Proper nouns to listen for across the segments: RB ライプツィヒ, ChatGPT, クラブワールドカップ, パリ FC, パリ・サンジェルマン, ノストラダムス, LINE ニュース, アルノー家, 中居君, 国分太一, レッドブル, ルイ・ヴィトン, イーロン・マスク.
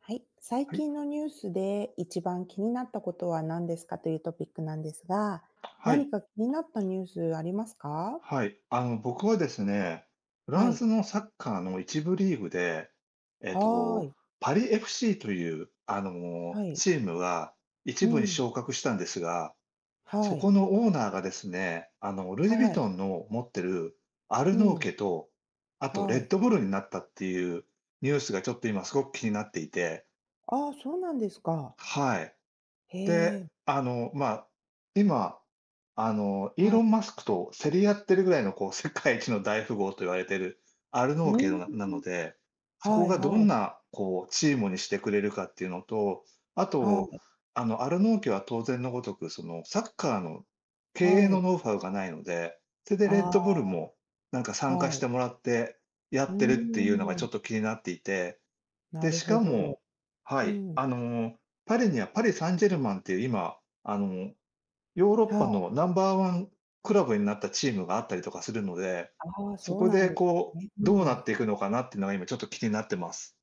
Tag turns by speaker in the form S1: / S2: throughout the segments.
S1: はい。最
S2: はい、
S1: 近のニュースで一番気になったことは何ですかというトピックなんですが、
S2: はい、
S1: 何か気になったニュースありますか？
S2: はい。僕はですね、フラ
S1: は
S2: ンス
S1: い。
S2: のサッカーの一部リーグで、えっ
S1: はー
S2: と、
S1: い。
S2: パリ FC という、
S1: はい。
S2: チームが一
S1: う
S2: 部に
S1: ん。
S2: 昇格したんですが、そ
S1: は
S2: こ
S1: い。
S2: のオーナーがですね、ルイ・ヴィ
S1: は
S2: ト
S1: い。
S2: ンの持ってるア
S1: う
S2: ルノー
S1: ん。
S2: 家と、あとレ
S1: は
S2: ッ
S1: い。
S2: ドブルになったっていうニュースがちょっと今すごく気になっていて、
S1: ああ、そうなんですか。
S2: はい。
S1: へ
S2: で、
S1: え。
S2: 今、イー
S1: は
S2: ロン・
S1: い。
S2: マスクと競り合ってるぐらいの、こう、世界一の大富豪と言われてるアルノー
S1: う
S2: 家
S1: ん。
S2: のなので、そ
S1: は
S2: こ
S1: い。
S2: がど
S1: はい。
S2: んな、こう、チームにしてくれるかっていうのと、あ
S1: は
S2: と、
S1: い。
S2: アルノー家は当然のごとく、その、サッカーの経
S1: は
S2: 営の
S1: い。
S2: ノウハウがないので、それでレッド
S1: あ
S2: ブルも、なんか
S1: あ、
S2: 参
S1: は
S2: 加し
S1: い。
S2: てもらってや
S1: うー
S2: ってるっていうのがち
S1: ん。
S2: ょっと気になっていて、
S1: な
S2: で、
S1: る
S2: し
S1: ほ
S2: か
S1: ど。
S2: もは
S1: う
S2: い、
S1: ん。
S2: パリにはパリ・サンジェルマンっていう今、ヨーロッ
S1: は
S2: パ
S1: い。
S2: のナンバーワンクラブになったチームがあったりとかするので、
S1: ああ、
S2: そ
S1: そう
S2: こ
S1: なん
S2: で
S1: です
S2: こ
S1: ね。
S2: う、どう
S1: う
S2: なっ
S1: ん。
S2: ていくのかなっていうのが今ちょっと気になってます。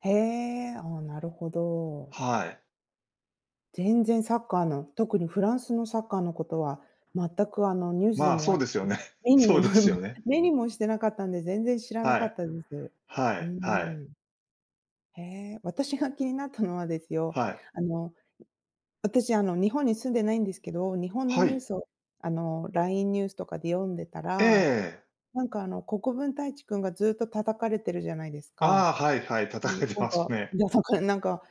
S1: へえ。ああ、なるほど。
S2: はい。
S1: 全然サッカーの、特にフランスのサッカーのことは、全くあのニュースで
S2: まあ、
S1: も
S2: そう
S1: 私、
S2: ですよね。
S1: 目
S2: そ
S1: に
S2: う
S1: も
S2: ですよ ね。
S1: 目にもしてなかったんで、全然知らな
S2: は
S1: かっ
S2: い。
S1: たです。
S2: は
S1: うー
S2: いはい
S1: ん。へえ、私が気になったのはですよ、
S2: はい。
S1: あの、私あの日本に住んでないんですけど、日本の
S2: は
S1: ニュー
S2: い。
S1: スをあの LINE ニュースとかで読んでた
S2: え
S1: ら、
S2: え。
S1: なんかあの国分太一君がずっと叩かれてるじゃないです
S2: ああ、
S1: か。
S2: はいはい、
S1: う
S2: 叩
S1: ん、
S2: かれて
S1: なん
S2: ます
S1: か、
S2: ね。
S1: ださかなんか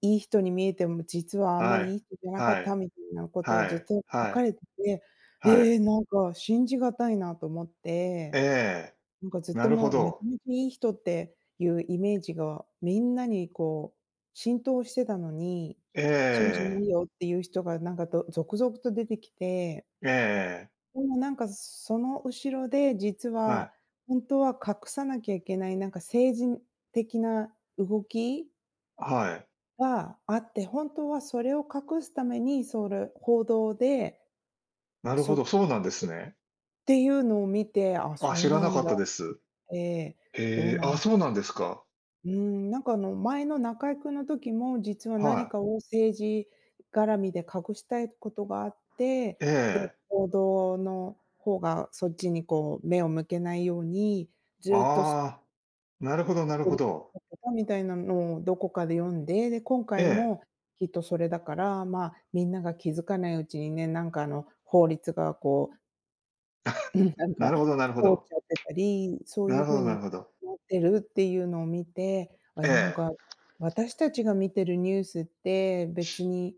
S1: いい人に見えても、実はあんま
S2: は
S1: りい
S2: い。
S1: い人じゃなか
S2: は
S1: った
S2: い。
S1: みたいなことを
S2: は
S1: ずっ
S2: い。
S1: と書
S2: は
S1: か
S2: い。
S1: れてて、
S2: は
S1: え
S2: い。
S1: え、なんか信じがたいなと思って、
S2: ええ、
S1: なんかずっ
S2: な
S1: と
S2: るほ
S1: もうめちゃ
S2: ど。
S1: めちゃいい人っていうイメージがみんなにこう浸透してたのに、
S2: え
S1: そうじゃな
S2: え。
S1: いよっていう人がなんかど続々と出てきて、
S2: ええ
S1: でもなんかその後ろで実
S2: は
S1: は、
S2: い。
S1: 本当は隠さなきゃいけないなんか政治的な動き
S2: はい。
S1: があって、本当はそれを隠すために、それ報道で、
S2: なる
S1: そ
S2: ほど、
S1: っ
S2: そうなんですね。
S1: ていうのを見て、あ、
S2: あ、
S1: そ
S2: 知
S1: う
S2: ら
S1: な
S2: なか
S1: ん
S2: っ
S1: だ、
S2: たです。
S1: ええ、ど
S2: へ
S1: う
S2: え、
S1: な
S2: あ、
S1: んで
S2: そうなんですか。
S1: うーん、なんかあの、前の中居君の時も、実は何
S2: は
S1: かを政治絡みで隠したいことがあって、
S2: い。え
S1: で、
S2: え。
S1: 報道の方がそっちにこう目を向けないように、ずっとす
S2: ああ、なるほどなる
S1: 取
S2: ほ
S1: り
S2: ど。
S1: だったみたいなのをどこかで読んで、で、今
S2: え
S1: 回
S2: え、
S1: もきっとそれだから、まあ、みんなが気づかないうちにね、なんかあの、法律がこう、
S2: なるほどなるほ
S1: 通っ
S2: ど。
S1: ちゃってたり、そう
S2: な
S1: いう
S2: るほ
S1: 風
S2: どなる
S1: に
S2: ほど。
S1: なってるっていうのを見て、あ
S2: え
S1: れなん
S2: え。
S1: か、私たちが見てるニュースって別に、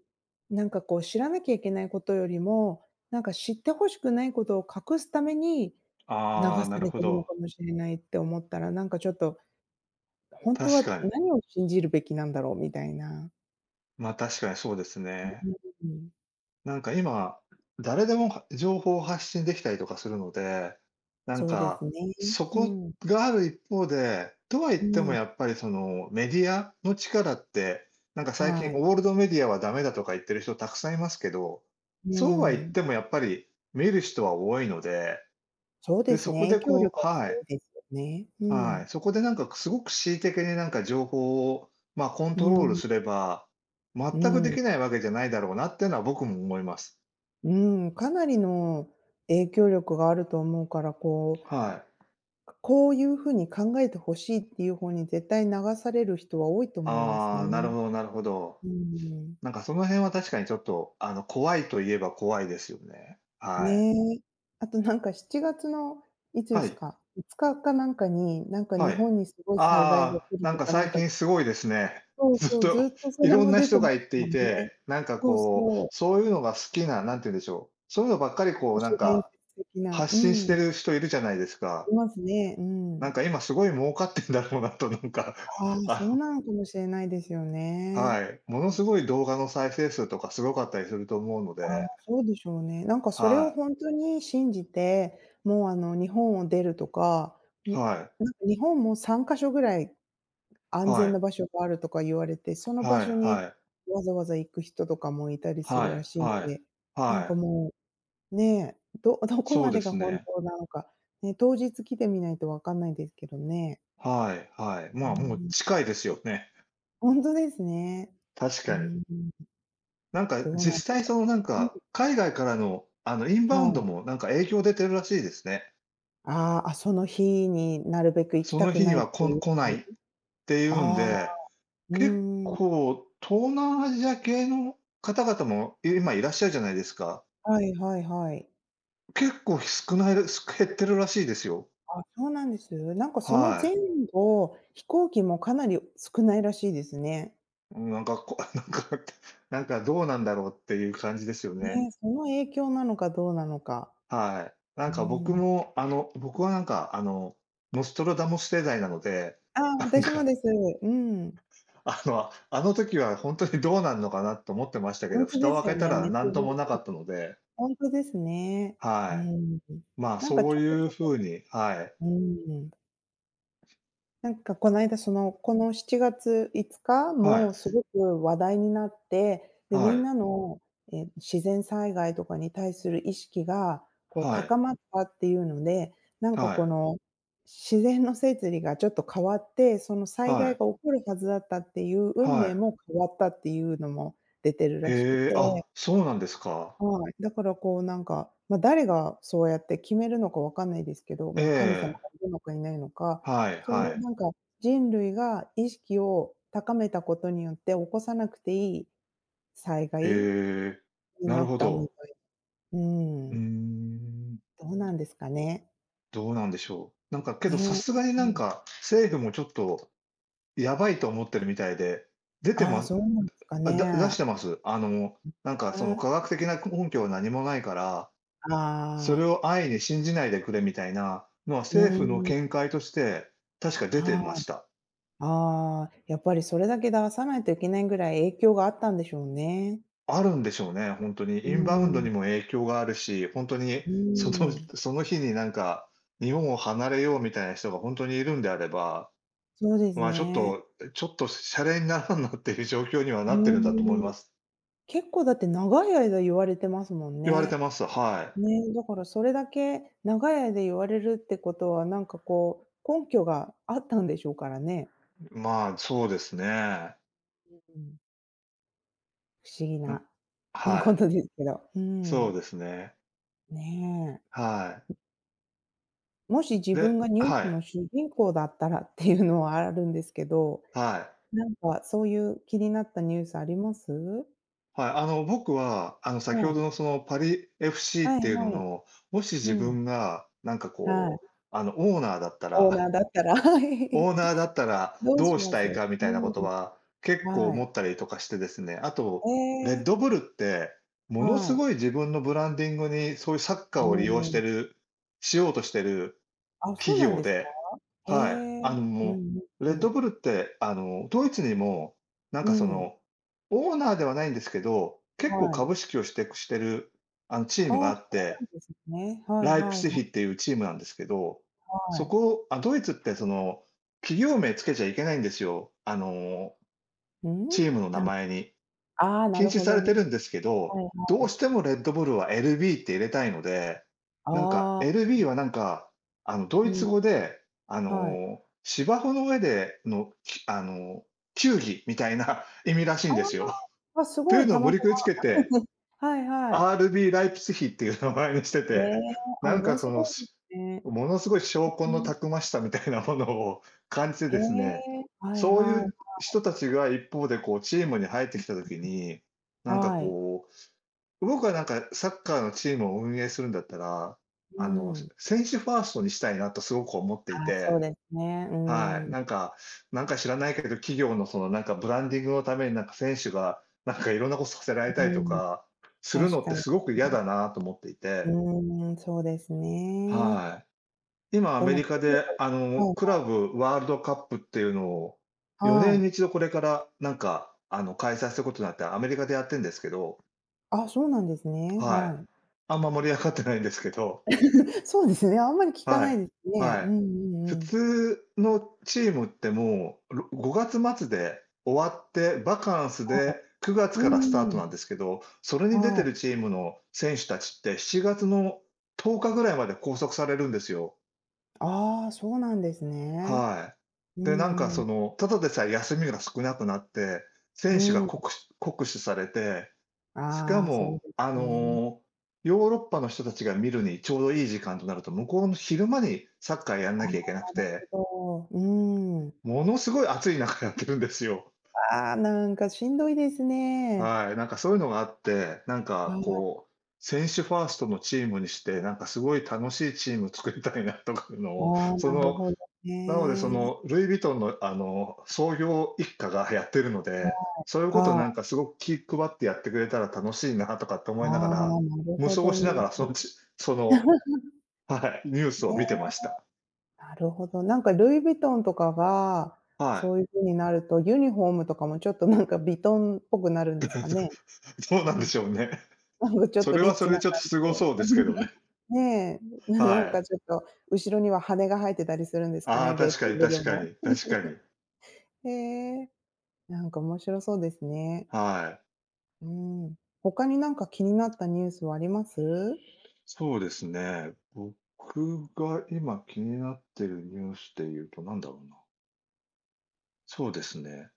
S1: なんかこう知らなきゃいけないことよりも、なんか知って欲しくないことを隠すために、流
S2: ああ、
S1: さ
S2: なる
S1: れ
S2: ほ
S1: てるの
S2: ど。
S1: かもしれないって思ったら、なんかちょっと本当
S2: 確
S1: は
S2: かに。
S1: 何を信じるべきなんだろうみたいな。
S2: まあ、確かにそうです
S1: う
S2: ね。
S1: んうん。
S2: なんか今、誰でも情報を発信できたりとかするので、なん
S1: そうです
S2: か、
S1: ね。
S2: そ
S1: う
S2: こ
S1: ん。
S2: がある一方で、とは言っ
S1: う
S2: ても
S1: ん。
S2: やっぱりそのメディアの力って、なんか最近
S1: はい。
S2: オールドメディアはダメだとか言ってる人たくさんいますけど、
S1: う
S2: そうは言っ
S1: ん。
S2: てもやっぱり見る人は多いので、
S1: そうで
S2: で、
S1: す
S2: そこ
S1: ね、影
S2: で
S1: 響
S2: こう
S1: 力は
S2: は
S1: 強
S2: い、
S1: いですよね。う
S2: は
S1: ん。
S2: い、そこでなんかすごく恣意的になんか情報を、まあ、コン
S1: う
S2: トロール
S1: ん。
S2: すれば、全
S1: う
S2: くで
S1: ん。
S2: きないわけじゃないだろうなっていうのは僕も思います。
S1: うん、かなりの影響力があると思うから、こう、
S2: はい。
S1: こういうふうに考えてほしいっていう方に絶対流される人は多いと思います
S2: ああ、なる
S1: ね。
S2: ほどなるほど。
S1: うん。
S2: なんかその辺は確かにちょっと、怖いといえば怖いですよね。はい。
S1: ねえ。あとなんか7月のいつで
S2: は
S1: す
S2: い、
S1: か、5日かかなんかに、なんか
S2: は
S1: 日
S2: い。
S1: 本にすごい災害が
S2: ああ、
S1: 来る
S2: なん
S1: と
S2: か
S1: か、な
S2: 最
S1: んか
S2: 近すごいですね。
S1: そう
S2: ずっ
S1: そう、
S2: と
S1: ずっと そ
S2: い
S1: れ
S2: ろん
S1: も
S2: な
S1: 出
S2: 人
S1: てま
S2: が言って
S1: すも
S2: い
S1: んね。
S2: て、なんか
S1: そう
S2: こう、
S1: そう。
S2: そういうのが好きな、なんて言うんでしょう、そういうのばっかりこ
S1: 都
S2: うな
S1: 市
S2: ん
S1: 伝説
S2: か、
S1: 的な、
S2: 発
S1: う
S2: 信して
S1: ん、
S2: る人いるじゃないですか。
S1: いますね。う
S2: な
S1: ん。
S2: んか今すごい儲かってんだろうなとなんか、
S1: あ あ、そ
S2: あ
S1: う
S2: の
S1: なのかもしれないですよね。
S2: はい、ものすごい動画の再生数とかすごかったりすると思うの
S1: ああ、
S2: で、
S1: そうでしょうね。なんかそれを
S2: は
S1: ほんとに信じて、もうあの日本を出るとか、ん、な
S2: い、
S1: んか
S2: はい、
S1: 日本も3か所ぐらい安
S2: は
S1: 全な
S2: い。
S1: 場所があるとか言われて、その場
S2: はい
S1: 所に
S2: はい
S1: わざわざ行く人とかもいたりす
S2: は
S1: るらし
S2: い
S1: いん
S2: はい
S1: で、なん
S2: は
S1: か
S2: い。
S1: もう、ね、ど どこ
S2: そう
S1: ま
S2: で
S1: でが
S2: す
S1: 本
S2: ね。
S1: 当なのか、ね、当日来てみないとわかんないですけどね。
S2: はいはい。
S1: うー
S2: まあ、もう
S1: ん、
S2: 近いですよね。
S1: ほんとですね。
S2: 確
S1: うー
S2: かに。
S1: ん、
S2: なんか
S1: どうなん
S2: 実
S1: で
S2: 際
S1: しょ
S2: そのなん
S1: う。うん、
S2: か、海外からのあのインバウ
S1: は
S2: ンド
S1: い。
S2: もなんか影響出てるらしいですね。
S1: ああ、あ、その日になるべく行き
S2: そ
S1: た
S2: の
S1: く
S2: 日に
S1: ないっ
S2: は
S1: て
S2: こ
S1: いう
S2: 来
S1: 風
S2: な
S1: に。
S2: いっていうん
S1: ああ、
S2: で、
S1: う
S2: 結
S1: ーん、
S2: 構東南アジア系の方々もい今いらっしゃるじゃないですか。
S1: はいはいはい。
S2: 結構少ないらす減ってるらしいですよ。
S1: あ、そうなんです。なんかその前
S2: は
S1: 後、飛行機もかなり少ないらしいですね。
S2: い。なんかこ なんかなんかどうなんだろうっていう感じですよ
S1: ね、
S2: ね。
S1: その影響なのかどうなのか。
S2: はい。な
S1: う
S2: ん
S1: ー
S2: か僕
S1: ん。
S2: も、僕はなんか、ノストラダムス世代なので、
S1: ああ、
S2: なん
S1: 私も
S2: か、
S1: です。うん。
S2: あの時は本当にどうなんのかなと思ってましたけ
S1: ほ
S2: ど、
S1: んと
S2: 蓋
S1: で
S2: を
S1: す
S2: 開
S1: よ
S2: けた
S1: ね、
S2: ら
S1: めっちゃ
S2: 何
S1: ほん
S2: ともなか
S1: に。
S2: ったので、
S1: ほんとですね。うー
S2: は
S1: ん。
S2: い。まあ、
S1: なんか
S2: そう
S1: ちょ
S2: い
S1: こち
S2: う
S1: ょ
S2: ふ
S1: こ
S2: うに、はい。
S1: うーん。なんかこの間、その、この7月5日
S2: はい。
S1: もすごく話題になって、で、
S2: は
S1: みん
S2: い。
S1: なの、ええ、自然災害とかに対する意識が、こう
S2: はい。
S1: 高まったっていうので、なんか
S2: は
S1: こ
S2: い。
S1: の、自然の摂理がちょっと変わって、その災
S2: は
S1: 害
S2: い。
S1: が起こるはずだったっていう運命
S2: は
S1: も変わったっていうのも出てる
S2: い。
S1: らしく
S2: へえ、
S1: て、
S2: あ、そうなんですか。
S1: はい、だからこうなんか、まあ、誰がそうやって決めるのかわかんないですけど、
S2: え
S1: まあ、神様が
S2: え。
S1: いるのかいないのか、
S2: はい
S1: そういう
S2: はい。
S1: なんか人類が意識を高めたことによって起こさなくていい災害
S2: へえ、
S1: に
S2: な
S1: な
S2: る
S1: っ
S2: ほ
S1: たみ
S2: ど。
S1: たい。う
S2: うー
S1: ん、
S2: ん。
S1: どうなんですかね。
S2: どうなんでしょう。なんか、けどさ
S1: ね。
S2: すがにな
S1: う
S2: ん
S1: ん。
S2: か、政府もちょっとやばいと思ってるみたいで、出て
S1: ああ、
S2: ます
S1: そうなんですか
S2: あ、だ出し
S1: ね。
S2: てます。なんかその
S1: ね。
S2: 科学的な根拠は何もないから、それ
S1: ああ、
S2: を安易に信じないでくれみたいなのは
S1: う
S2: 政府の
S1: ん、
S2: 見解として、確か出て
S1: は
S2: ま
S1: い。
S2: した。
S1: ああ、やっぱりそれだけ出さないといけないぐらい影響があったんでしょうね。
S2: あるんでしょうね、本当に。
S1: う
S2: インバウンドに
S1: ん。
S2: も影響があるし、本当に
S1: うー
S2: その
S1: ん、
S2: その日になんか、日本を離れようみたいな人が本当にいるんであれば、
S1: そうです
S2: まあ、ちょっ
S1: ね。
S2: とちょっとシャレにならんなっていう状況には
S1: う
S2: なってるんだと思い
S1: ーん、
S2: ます。
S1: 結構だって長い間言われてますもん
S2: 言われて
S1: ね。
S2: ます。はい。
S1: ね、だからそれだけ長い間言われるってことは、なんかこう、根拠があったんでしょうからね。
S2: まあ、そうですね。
S1: うん、不思議
S2: ん、
S1: な
S2: は
S1: こ
S2: い。
S1: とですけど。う
S2: そう
S1: ん、
S2: ですね。
S1: ねえ。
S2: はい。
S1: もし自分
S2: で
S1: がニュー
S2: は
S1: スの
S2: い、
S1: 主人公だったらっていうのはあるんですけど、
S2: はい。
S1: なんかそういう気になったニュースあります？
S2: はい、僕は、先
S1: は
S2: ほど
S1: い。
S2: のそのパリ FC
S1: は
S2: っ
S1: い
S2: ていうの
S1: はい。
S2: の、もし
S1: う
S2: 自
S1: ん。
S2: 分がなんか
S1: は
S2: こう、
S1: い。
S2: オーナーだった
S1: オー
S2: ら
S1: ナーだったら。はい。
S2: オーナーだったら
S1: どう
S2: ど
S1: し
S2: うし
S1: ま
S2: た
S1: す？
S2: いかみ
S1: う
S2: たいなこ
S1: ん、
S2: とは結構
S1: は
S2: 思
S1: い。
S2: ったりとかしてですね、あ
S1: え
S2: と、レッ
S1: え、
S2: ドブルってもの
S1: は
S2: す
S1: い。
S2: ごい自分のブランディングにそういうサッカー
S1: う
S2: を利用し
S1: ん。
S2: てるしようとしてる
S1: あ、そう
S2: 企
S1: なん
S2: 業
S1: ですか？
S2: で、
S1: へ
S2: はい、
S1: え。う
S2: も
S1: ん
S2: う、レ
S1: う
S2: ッ
S1: んう
S2: ドブ
S1: ん。
S2: ルって、ドイツにも、なん
S1: う
S2: かそ
S1: ん、
S2: の、オーナーではないんですけど、結構
S1: はい。
S2: 株式を取得してる、チー
S1: ああ、
S2: ムが
S1: そ
S2: あっ
S1: う
S2: て、
S1: なんですね。はい
S2: ライプ
S1: はい
S2: ツィ
S1: は
S2: ヒっ
S1: い
S2: ていうチームなんですけど、
S1: は
S2: そ
S1: い。
S2: こ、あ、ドイツってその、企業名つけちゃいけないんですよ。
S1: うん？
S2: チームの名
S1: なん
S2: 前に。
S1: ああ、な
S2: 禁
S1: る
S2: 止
S1: ほ
S2: さ
S1: ど
S2: れ
S1: ね。
S2: てるんですけ
S1: は
S2: ど、
S1: い
S2: ど
S1: は
S2: うし
S1: い。
S2: てもレッドブルは LB って入れたいので、なんか
S1: ああ、
S2: LB はなんか、ド
S1: う
S2: イツ
S1: ん、
S2: 語で、
S1: はい。
S2: 芝生の上での、きあの、球技みたいな 意味らしい
S1: あ
S2: んですよ。
S1: あ、あ、す
S2: とい
S1: ご
S2: う
S1: い、
S2: のを
S1: た
S2: 無
S1: ま
S2: 理
S1: た
S2: くりつ
S1: ま
S2: けて
S1: はいはい。
S2: RB ライプツィヒっていう名前にして
S1: へ
S2: て、
S1: え、あ、
S2: なん
S1: 面
S2: かその、
S1: 白いで
S2: し
S1: すね。
S2: ものすごい証拠
S1: う
S2: の
S1: ん。
S2: たくましさみたいなものを感じて
S1: へ
S2: ですね、
S1: え、はい
S2: そうい
S1: はい。
S2: う人たちが一方でこうチームに入ってきた時に、なんか
S1: はい。
S2: こう、僕はなんかサッカーのチームを運営するんだったら、
S1: うん。
S2: 選手ファーストにしたいなとすごく思って
S1: あ
S2: い
S1: あ、そ
S2: て。
S1: うですね。う
S2: はい。
S1: ーん。
S2: なんかなんか知らないけど、企業のそのなんかブランディングのためになんか選手がなんかいろんなことさせられた
S1: う
S2: りと
S1: ん、
S2: かする
S1: 確
S2: のっ
S1: か
S2: て
S1: に。
S2: すごく嫌だなと思ってい
S1: う
S2: て、
S1: ん、うーん、そうですね。
S2: はい。今ア
S1: で
S2: メリ
S1: も
S2: カ
S1: 企業
S2: で
S1: は
S2: ク
S1: い
S2: ラブワールドカップっていうのを
S1: は
S2: 4年
S1: い。
S2: に1度これからなんかあの、開催することになって、アメリカでやってんですけど、
S1: あ、そうなんですね。
S2: は
S1: は
S2: い。
S1: い。
S2: あんま盛り上がってないんですけど
S1: そうですね、あんまり聞か
S2: は
S1: ない
S2: い。
S1: ですね。
S2: は
S1: うんう
S2: い。普
S1: んうん。
S2: 通のチームってもう、ろ5月末で終わって、バカンス
S1: はい。
S2: で9月
S1: う
S2: からスタート
S1: ん、
S2: なんですけど、それに出て
S1: はい。
S2: るチームの選手たちって7月の10日ぐらいまで拘束されるんですよ。
S1: ああ、そうなんですね。
S2: はい。
S1: う
S2: で、なんか
S1: んう
S2: そ
S1: ん。
S2: の、ただでさえ休みが少なくなって、選手が酷使酷使されて、しか
S1: ああ、そう
S2: も、
S1: ですよね。な
S2: ヨーロッパの人たちが見るにちょうどいい時間となると、向こうの昼間にサッカーやんなき
S1: る
S2: ゃいけなくて
S1: ほど。うん。
S2: ものすごい暑い中やってるんですよ。
S1: ああ、なんかしんどいですね。
S2: はい、なんかそういうのがあって、なん
S1: は
S2: か
S1: い。
S2: こう、選手ファーストのチームにして、なんかすごい楽しいチーム作りたいなとかいうの
S1: あ
S2: を、
S1: あ、なるほど
S2: なのでそ
S1: ね。
S2: のルイ・ヴィトンの創業一家がやってるので、そういうこと
S1: は
S2: なん
S1: い。
S2: かすごく気配ってやってくれたら楽しいなとかって
S1: あ
S2: 思いながら、
S1: あ、なる
S2: 無
S1: ほ
S2: 双
S1: ど
S2: しなが
S1: ね。
S2: らそのちその、はい、ニュースを見て
S1: ね、
S2: ました。
S1: なるほど。なんかルイ・ヴィトンとかが、
S2: は
S1: そういう風になると、ユニフォームとかもちょっと なんかヴィトンっぽくなるんですかね？
S2: い。どうなん
S1: う
S2: で
S1: ん。
S2: しょうね。
S1: なんかちょっ
S2: そ
S1: と
S2: れ
S1: リ
S2: は
S1: ッ
S2: そ
S1: チ
S2: れで
S1: な
S2: ちょっと
S1: 感じ
S2: すご
S1: で。
S2: そうですけどね。
S1: ねえ、なん
S2: は
S1: か
S2: い。
S1: ちょっと後ろには羽が生えてたりするんですか
S2: ああ、
S1: ね、レッ
S2: 確か
S1: ド
S2: に
S1: ブ
S2: 確
S1: ル
S2: か
S1: も。
S2: に、確かに。
S1: へえ、なんか面白そうですね。
S2: はい。
S1: うーん。他になんか気になったニュースはあります？
S2: そうですね。僕が今気になってるニュースで言うとなんだろうな。そうですね。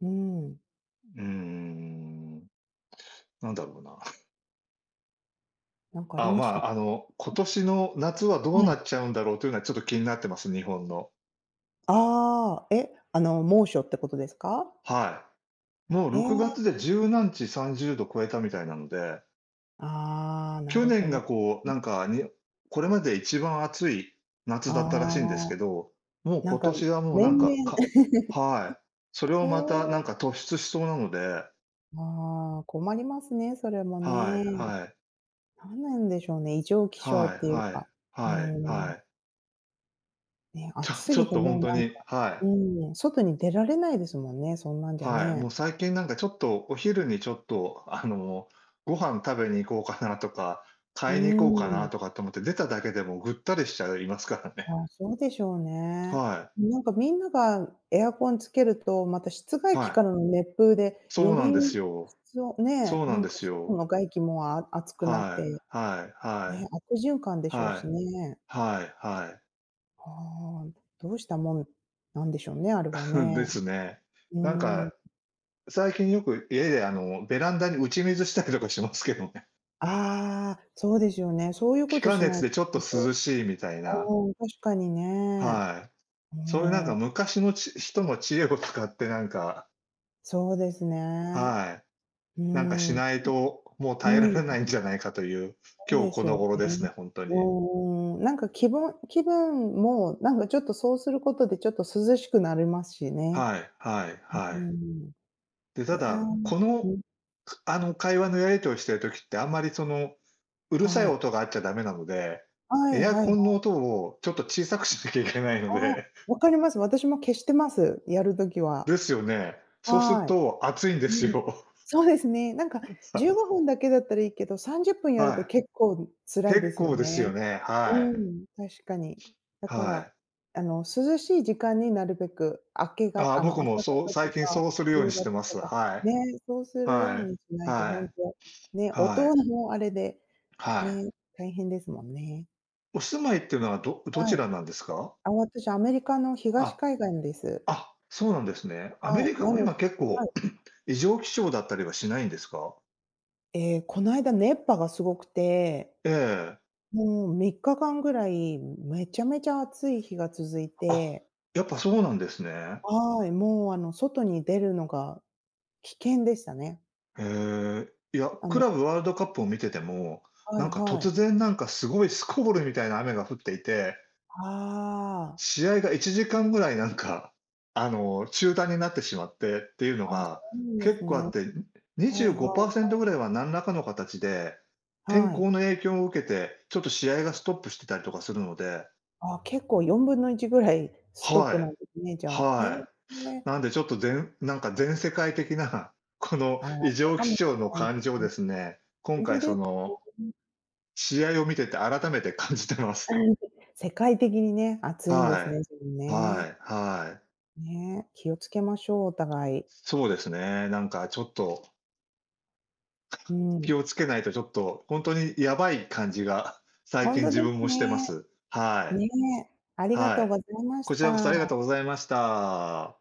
S1: うーん、
S2: うーん、なんだろうな。
S1: なん かあり
S2: あ、
S1: ま
S2: ま
S1: した？
S2: あ、今年の夏はどう
S1: は
S2: な
S1: い。
S2: っちゃうんだろうというのはちょっと気になってます、日本の。
S1: ああ、え、あの、猛暑ってことですか？
S2: はい。もう
S1: へ
S2: 6
S1: え。
S2: 月で十何日30度超えたみたいなので、
S1: ああ、な
S2: 去
S1: るほ
S2: 年
S1: ど
S2: が
S1: ね。
S2: こう、なんか、これまで一番暑い夏
S1: あ
S2: だったらしいんです
S1: あ、
S2: けど、もう
S1: なん
S2: 今
S1: か
S2: 年はもうな
S1: 年
S2: ん
S1: 々
S2: か、はい。それを
S1: へ
S2: またなん
S1: え。
S2: か突出しそうなので、
S1: ああ、困りますね、それも
S2: はい
S1: ね。
S2: はい
S1: なんなんでしょうね、異常気象
S2: は
S1: って
S2: い
S1: いう
S2: はい
S1: か。う
S2: はい
S1: ー
S2: は
S1: ん、
S2: い。
S1: ね、
S2: ちょ
S1: 暑す
S2: ちょ
S1: ぎ
S2: っ
S1: て
S2: と本
S1: もう
S2: 当
S1: なんか、
S2: に、はい、
S1: うん、外に出られないですもんね、そんなんじゃ
S2: はい。も
S1: ね。
S2: う最近なんかちょっとお昼にちょっと、ご飯食べに行こうかなとか、
S1: うー
S2: 買いに行こうかな
S1: ん、
S2: とかって思って出ただけでもぐったりしちゃいますからね。
S1: あそうでしょうね。
S2: は
S1: なんかみんながエアコンつけると、また室
S2: い、
S1: 外機
S2: は
S1: か
S2: い。
S1: らの熱風で
S2: そ
S1: よ
S2: うなんです
S1: り
S2: よ。
S1: 室温ね、
S2: そうな
S1: な
S2: ん
S1: ん
S2: で
S1: か
S2: す
S1: 外
S2: よ。
S1: の外気もあ熱くなっ
S2: は
S1: て、
S2: い、はい、はい、
S1: ね、悪循環でしょう
S2: は
S1: し
S2: い、
S1: ね。
S2: はい、は
S1: ああ、どうしたもんなんでしょうね、あれ
S2: い。
S1: は
S2: で
S1: ね。
S2: すね。
S1: う
S2: なん
S1: ーん。
S2: か、最近よく家でベランダに打ち水したりとかしますけどね。
S1: ああ、そうですよね。そうい う
S2: 気
S1: こと
S2: 化
S1: しな
S2: 熱
S1: い
S2: で
S1: と、
S2: ちょっと
S1: ほんと。
S2: 涼しいみたいな。
S1: うーん、確かにね。
S2: はい。
S1: う
S2: そういうなん
S1: ー
S2: か
S1: ん、
S2: 昔の人の知恵を使ってなんか、
S1: そうですね。
S2: は
S1: う
S2: い、なんかし
S1: ーん。
S2: ないと、もう
S1: う
S2: 耐えられ
S1: ん、
S2: ないんじゃないかという、
S1: そう
S2: 今日
S1: で
S2: こ
S1: す
S2: の
S1: よ
S2: 頃ですね、
S1: ね。
S2: 本当に。
S1: うーん、なんかきぶん気分もなんかちょっとそうすることでちょっと涼しくなりますしね。
S2: はい、はい、
S1: うー
S2: はい。
S1: ん。
S2: で、
S1: い
S2: た
S1: や、
S2: だ、こ
S1: う
S2: の、
S1: ん、
S2: 会話のやり取りしてる時って、あんまりうるさ
S1: は
S2: い
S1: い。
S2: 音があっちゃダメなので、
S1: は
S2: エ
S1: い
S2: ア
S1: は
S2: コ
S1: い。
S2: ンの音をちょっと小さくしなきゃいけない
S1: あ
S2: の
S1: あ、
S2: で、
S1: 分かります。私も消してます、やる時 は。
S2: ですよね。そうする
S1: はい。
S2: と暑いんで
S1: う
S2: す
S1: ん。
S2: よ。
S1: そうですね。なんか15 分だけだったらいいけど、30分やると
S2: は
S1: 結構
S2: い。
S1: 辛いで
S2: 結
S1: すよ
S2: 構ですよ
S1: ね。
S2: ね。は
S1: う
S2: い。
S1: ん、確かに。だか
S2: は
S1: ら、
S2: い。
S1: あの、涼しい時間になるべく、明けが
S2: ああ、
S1: あ
S2: 僕
S1: の、
S2: も
S1: 朝方
S2: そう、最
S1: と
S2: 近
S1: か
S2: そうするよう
S1: 夕
S2: にし
S1: 方
S2: てま
S1: と
S2: す。
S1: か、
S2: は
S1: ね、
S2: い。
S1: そうするよ
S2: は
S1: う
S2: い。
S1: にしないと
S2: は
S1: ほん
S2: い。
S1: と、ね、
S2: は
S1: 音
S2: い。
S1: もあれで、
S2: はい。
S1: ね、大変ですもんね。
S2: お住まいっていうのはどどち
S1: はい。
S2: らなんですか？
S1: あ、私アメリカの東
S2: あ、
S1: 海岸です。
S2: あ、そうなんですね。
S1: は
S2: アメ
S1: い、
S2: リカも今結
S1: はい。
S2: 構異常気象だったりはしないんですか？
S1: ええ、こないだ熱波がすごくて
S2: ええ。
S1: もう3日間ぐらい、めちゃめちゃ暑い日が続い
S2: あ、
S1: て、
S2: やっぱそうなんですね。
S1: はい、もうあの、外に出るのが危険でしたね。
S2: へえ。いや、
S1: あ
S2: ク
S1: の
S2: ラブワールドカップを見てても、
S1: は
S2: な
S1: い
S2: んか
S1: は
S2: 突
S1: い。
S2: 然なんかすごいスコールみたいな雨が降っていて、
S1: ああ、
S2: 試合が1時間ぐらいなんか、中断になってしまってっていうの
S1: ああ、そ
S2: が
S1: うなんで
S2: 結
S1: す
S2: 構あっ
S1: ね。
S2: て、にじゅ
S1: は
S2: う
S1: い
S2: ご
S1: は
S2: パ
S1: い。
S2: ーセ25%ぐらいは何らかの形で、天
S1: はい。
S2: 候の影響を受けて、ちょっと試合がストップしてたりとかするので、
S1: ああ、結構4分の1ぐらいストッ
S2: は
S1: プなんですね、じ
S2: い。
S1: ゃあ。へえ、
S2: はい。
S1: ね。
S2: なんでちょっとなんか全世界的な、この
S1: ああ、
S2: 異
S1: そう
S2: 常
S1: か
S2: 気
S1: もし
S2: 象の
S1: れない
S2: 感じを
S1: で
S2: です
S1: すね。
S2: ね、今
S1: 本当
S2: 回
S1: ですね。
S2: 試合を見てて改めて感じてます。
S1: 世界的にね、暑いんですね、
S2: は
S1: 自分
S2: い。は
S1: ね。
S2: い、はい。
S1: ね、気をつけましょう、お互い。
S2: そうですね、なんかちょっと、
S1: う
S2: 気
S1: ん。
S2: をつけないとちょっと、ほんとにやばい感じが、最
S1: ほん
S2: 近
S1: と
S2: 自
S1: で
S2: 分
S1: す
S2: もしてま
S1: ね。
S2: す。はい、
S1: ねえ、ありが
S2: は
S1: とう
S2: い。
S1: ございまし
S2: こちらこそあ
S1: た。
S2: りがとうございました。